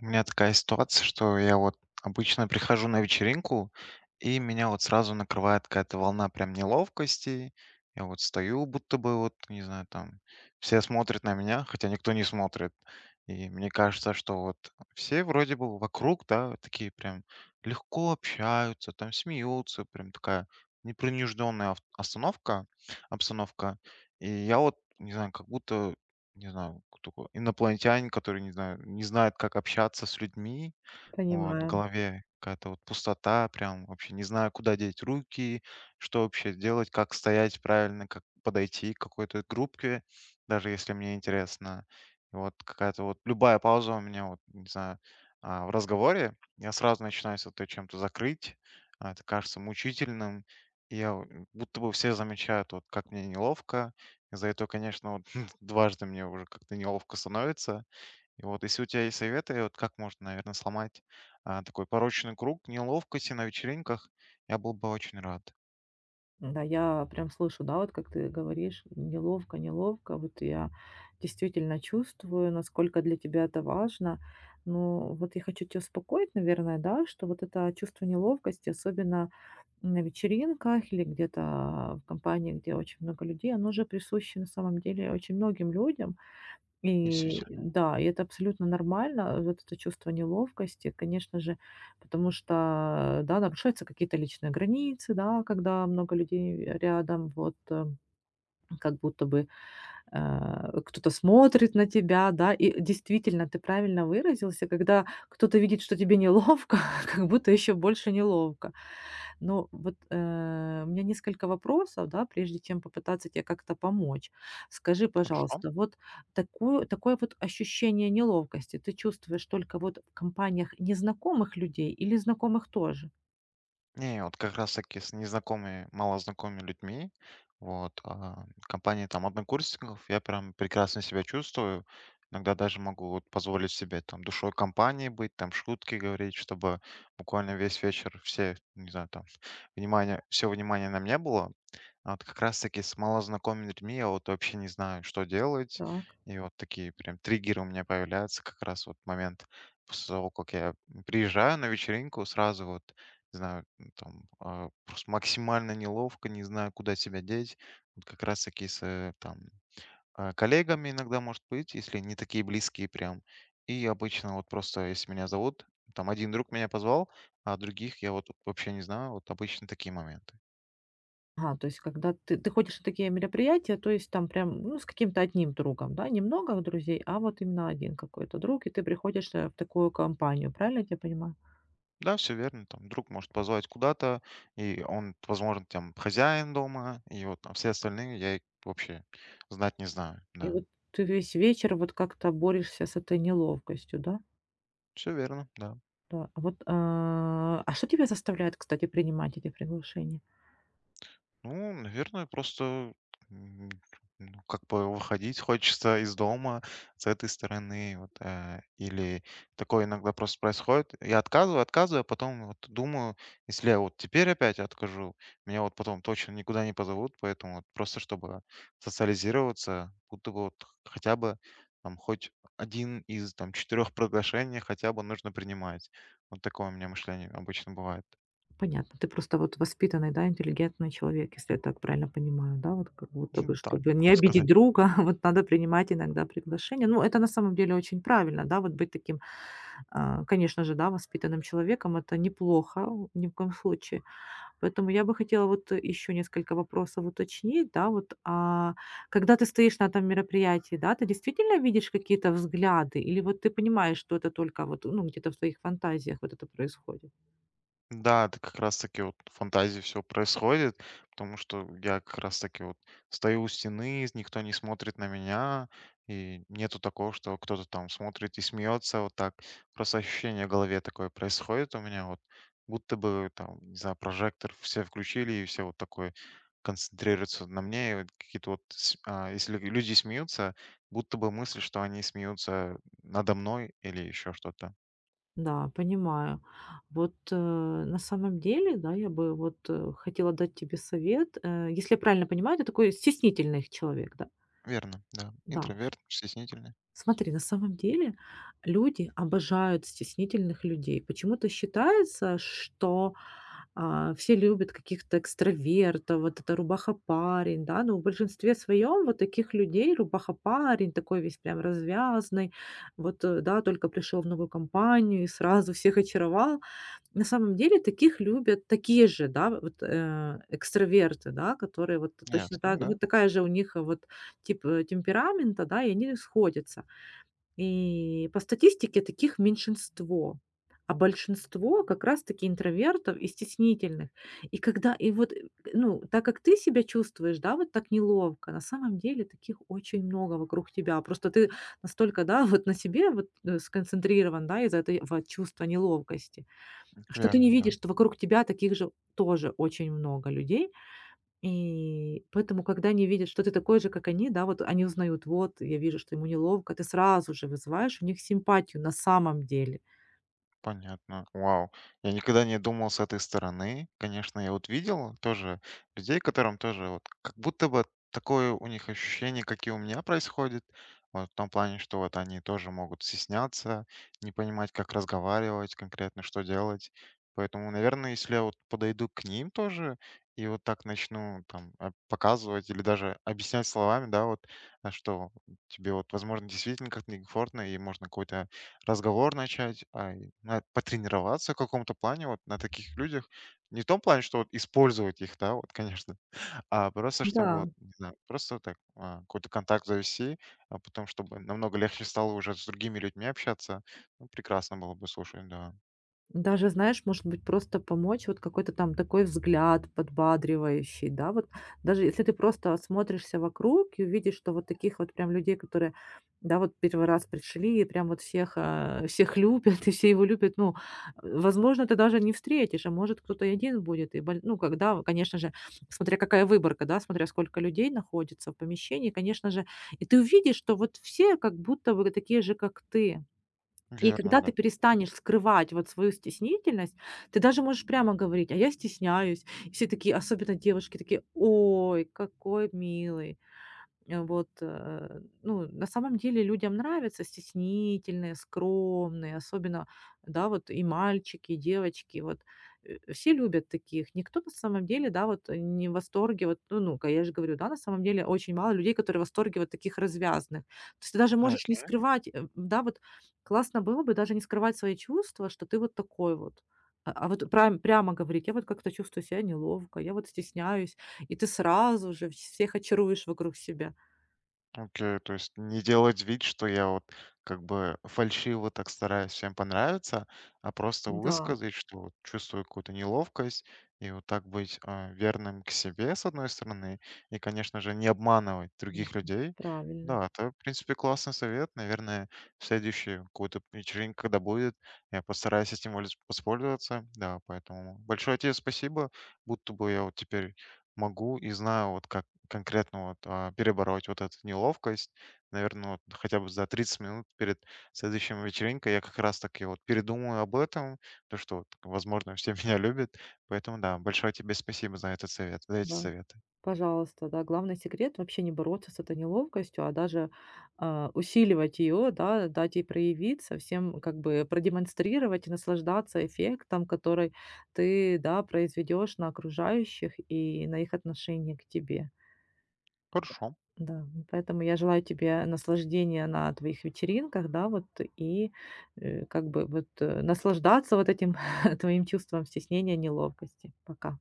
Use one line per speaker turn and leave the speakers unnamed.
У меня такая ситуация, что я вот обычно прихожу на вечеринку, и меня вот сразу накрывает какая-то волна прям неловкости. Я вот стою, будто бы вот, не знаю, там все смотрят на меня, хотя никто не смотрит. И мне кажется, что вот все вроде бы вокруг, да, такие прям легко общаются, там смеются, прям такая непринужденная обстановка. И я вот, не знаю, как будто не знаю, кто такой инопланетянин, который, не знаю, не знает, как общаться с людьми. Вот, в
Понимаю.
голове какая-то вот пустота, прям вообще не знаю, куда деть руки, что вообще делать, как стоять правильно, как подойти к какой-то группе, даже если мне интересно. И вот какая-то вот любая пауза у меня, вот, не знаю, в разговоре, я сразу начинаю с это чем-то закрыть, это кажется мучительным, и я вот, будто бы все замечают, вот как мне неловко, из-за этого, конечно, вот дважды мне уже как-то неловко становится, и вот если у тебя есть советы, вот как можно, наверное, сломать такой порочный круг неловкости на вечеринках, я был бы очень рад.
Да, я прям слышу, да, вот как ты говоришь, неловко, неловко. Вот я действительно чувствую, насколько для тебя это важно. Но вот я хочу тебя успокоить, наверное, да, что вот это чувство неловкости, особенно на вечеринках или где-то в компании, где очень много людей, оно же присуще на самом деле очень многим людям.
Если у
И
тебя-
да, и это абсолютно нормально, вот это чувство неловкости, конечно же, потому что, да, нарушаются какие-то личные границы, да, когда много людей рядом, вот, как будто бы кто-то смотрит на тебя, да, и действительно, ты правильно выразился, когда кто-то видит, что тебе неловко, как будто еще больше неловко. Но вот, у меня несколько вопросов, да, прежде чем попытаться тебе как-то помочь. Скажи,
Хорошо.
пожалуйста, вот такую такое вот ощущение неловкости ты чувствуешь только вот в компаниях незнакомых людей или знакомых тоже?
Не, вот как раз таки с незнакомыми, малознакомыми людьми, вот, компания там однокурсников, я прям прекрасно себя чувствую. Иногда даже могу вот позволить себе там душой компании быть, там шутки говорить, чтобы буквально весь вечер все, не знаю, там, внимание, все внимание на мне было. А вот как раз-таки с малознакомыми людьми я вот вообще не знаю, что делать.
Так.
И вот такие прям триггеры у меня появляются как раз вот момент после того, как я приезжаю на вечеринку, сразу вот, не знаю, там просто максимально неловко, не знаю, куда себя деть. Вот как раз-таки с там коллегами иногда может быть, если не такие близкие прям. И обычно вот просто, если меня зовут, там один друг меня позвал, а других я вот вообще не знаю. Вот обычно такие моменты.
Ага, то есть когда ты ходишь на такие мероприятия, то есть там прям, ну, с каким-то одним другом, да, немного друзей, а вот именно один какой-то друг, и ты приходишь, в такую компанию. Правильно я тебя понимаю?
Да, все верно. Там друг может позвать куда-то, и он, возможно, там хозяин дома, и вот все остальные я их вообще знать не знаю.
И
Да,
вот ты весь вечер вот как-то борешься с этой неловкостью, да?
все верно, да.
Да, а вот, а что тебя заставляет, кстати, принимать эти приглашения?
Ну, наверное, просто, м, ну, как бы выходить хочется из дома с этой стороны, вот, или такое иногда просто происходит. Я отказываю, отказываю, а потом вот думаю, если я вот теперь опять откажу, меня вот потом точно никуда не позовут, поэтому вот просто чтобы социализироваться, будто бы вот хотя бы там хоть один из там четырех приглашений хотя бы нужно принимать. Вот такое у меня мышление обычно бывает.
Понятно, ты просто вот воспитанный, да, интеллигентный человек, если я так правильно понимаю, да, вот как будто бы,
Так,
чтобы не
можно
обидеть
сказать.
друга, вот надо принимать иногда приглашения. Ну, это на самом деле очень правильно, да, вот быть таким, конечно же, да, воспитанным человеком, это неплохо ни в коем случае. Поэтому я бы хотела вот еще несколько вопросов уточнить, да, вот, когда ты стоишь на этом мероприятии, да, ты действительно видишь какие-то взгляды или вот ты понимаешь, что это только вот, ну, где-то в твоих фантазиях вот это происходит?
Да, это как раз таки вот в фантазии все происходит, потому что я как раз таки вот стою у стены, никто не смотрит на меня, и нету такого, что кто-то там смотрит и смеется вот так. Просто ощущение в голове такое происходит у меня вот, будто бы там, не знаю, прожектор все включили, и все вот такое концентрируются на мне. И вот какие-то вот, если люди смеются, будто бы мысль, что они смеются надо мной или еще что-то.
Да, понимаю. Вот, на самом деле, да, я бы вот, хотела дать тебе совет. Э, если я правильно понимаю, ты такой стеснительный человек, да?
Верно, да.
Да.
Интроверт, стеснительный.
Смотри, на самом деле люди обожают стеснительных людей. Почему-то считается, что все любят каких-то экстравертов, вот это рубаха-парень, да, но в большинстве своем вот таких людей рубаха-парень, такой весь прям развязный, вот, да, только пришел в новую компанию и сразу всех очаровал. На самом деле таких любят такие же, да, вот экстраверты, да, которые вот точно
Ясно,
так,
да,
вот такая же у них вот тип темперамента, да, и они сходятся. И по статистике таких меньшинство, а большинство как раз-таки интровертов и стеснительных. И вот, ну, так как ты себя чувствуешь, да, вот так неловко, на самом деле таких очень много вокруг тебя. Просто ты настолько, да, вот на себе вот, сконцентрирован, да, из-за этого чувства неловкости, что ты
верно,
не
да.
видишь, что вокруг тебя таких же тоже очень много людей, и поэтому, когда они видят, что ты такой же, как они, да, вот они узнают: "Вот, я вижу, что ему неловко". Ты сразу же вызываешь у них симпатию на самом деле.
Понятно. Вау. Я никогда не думал с этой стороны. Конечно, я вот видел тоже людей, которым тоже вот как будто бы такое у них ощущение, как и у меня происходит. Вот в том плане, что вот они тоже могут стесняться, не понимать, как разговаривать, конкретно что делать. Поэтому, наверное, если я вот подойду к ним тоже и вот так начну там показывать или даже объяснять словами, да, вот, что тебе вот, возможно, действительно как-то некомфортно, и можно какой-то разговор начать, а на потренироваться в каком-то плане вот на таких людях. Не в том плане, что вот использовать их, да, вот, конечно, а просто, что
Да.
вот, не знаю, просто так, какой-то контакт завести, а потом, чтобы намного легче стало уже с другими людьми общаться. Ну, прекрасно было бы, слушай, да.
Даже, знаешь, может быть, просто помочь, вот какой-то там такой взгляд подбадривающий, да, вот даже если ты просто смотришься вокруг и увидишь, что вот таких вот прям людей, которые, да, вот первый раз пришли и прям вот всех, всех любят и все его любят, ну, возможно, ты даже не встретишь, а может кто-то и один будет, и, ну, когда, конечно же, смотря какая выборка, да, смотря сколько людей находится в помещении, конечно же, и ты увидишь, что вот все как будто бы такие же, как ты, и
Верно,
когда
да.
ты перестанешь скрывать вот свою стеснительность, ты даже можешь прямо говорить: "А я стесняюсь". И все такие, особенно девушки, такие: "Ой, какой милый". Э, вот, ну, на самом деле людям нравятся стеснительные, скромные, особенно, да, вот и мальчики, и девочки, вот, все любят таких. Никто на самом деле, да, вот не в восторге, вот, ну, ну, ка я же говорю, да, на самом деле очень мало людей, которые в восторге вот таких развязных. То есть ты даже
Ну,
можешь не скрывать, да, вот классно было бы даже не скрывать свои чувства, что ты вот такой вот. А вот прямо говорить: "Я вот как-то чувствую себя неловко, я вот стесняюсь". И ты сразу же всех очаруешь вокруг себя.
окей, то есть не делать вид, что я вот как бы фальшиво так стараюсь всем понравиться, а просто
Да,
высказать, что вот чувствую какую-то неловкость, и вот так быть верным к себе, с одной стороны, и, конечно же, не обманывать
мгм.
других людей.
Правильно,
Да, это, в принципе, классный совет. Наверное, в следующую какую-то вечеринку, когда будет, я постараюсь этим воспользоваться. Да, поэтому большое тебе спасибо, будто бы я вот теперь могу и знаю, вот как конкретно вот, перебороть вот эту неловкость. Наверное, вот хотя бы за 30 минут перед следующей вечеринкой я как раз таки вот передумаю об этом, то, что, вот, возможно, все меня любят. Поэтому да, большое тебе спасибо за этот совет, за эти
да.
советы.
Пожалуйста, да. Главный секрет — вообще не бороться с этой неловкостью, а даже, усиливать ее, да, дать ей проявиться, всем как бы продемонстрировать и наслаждаться эффектом, который ты, да, произведешь на окружающих и на их отношение к тебе.
Хорошо.
Да, м, поэтому я желаю тебе наслаждения на твоих вечеринках, да, вот, и, как бы вот, наслаждаться вот этим твоим чувством стеснения, неловкости. Пока.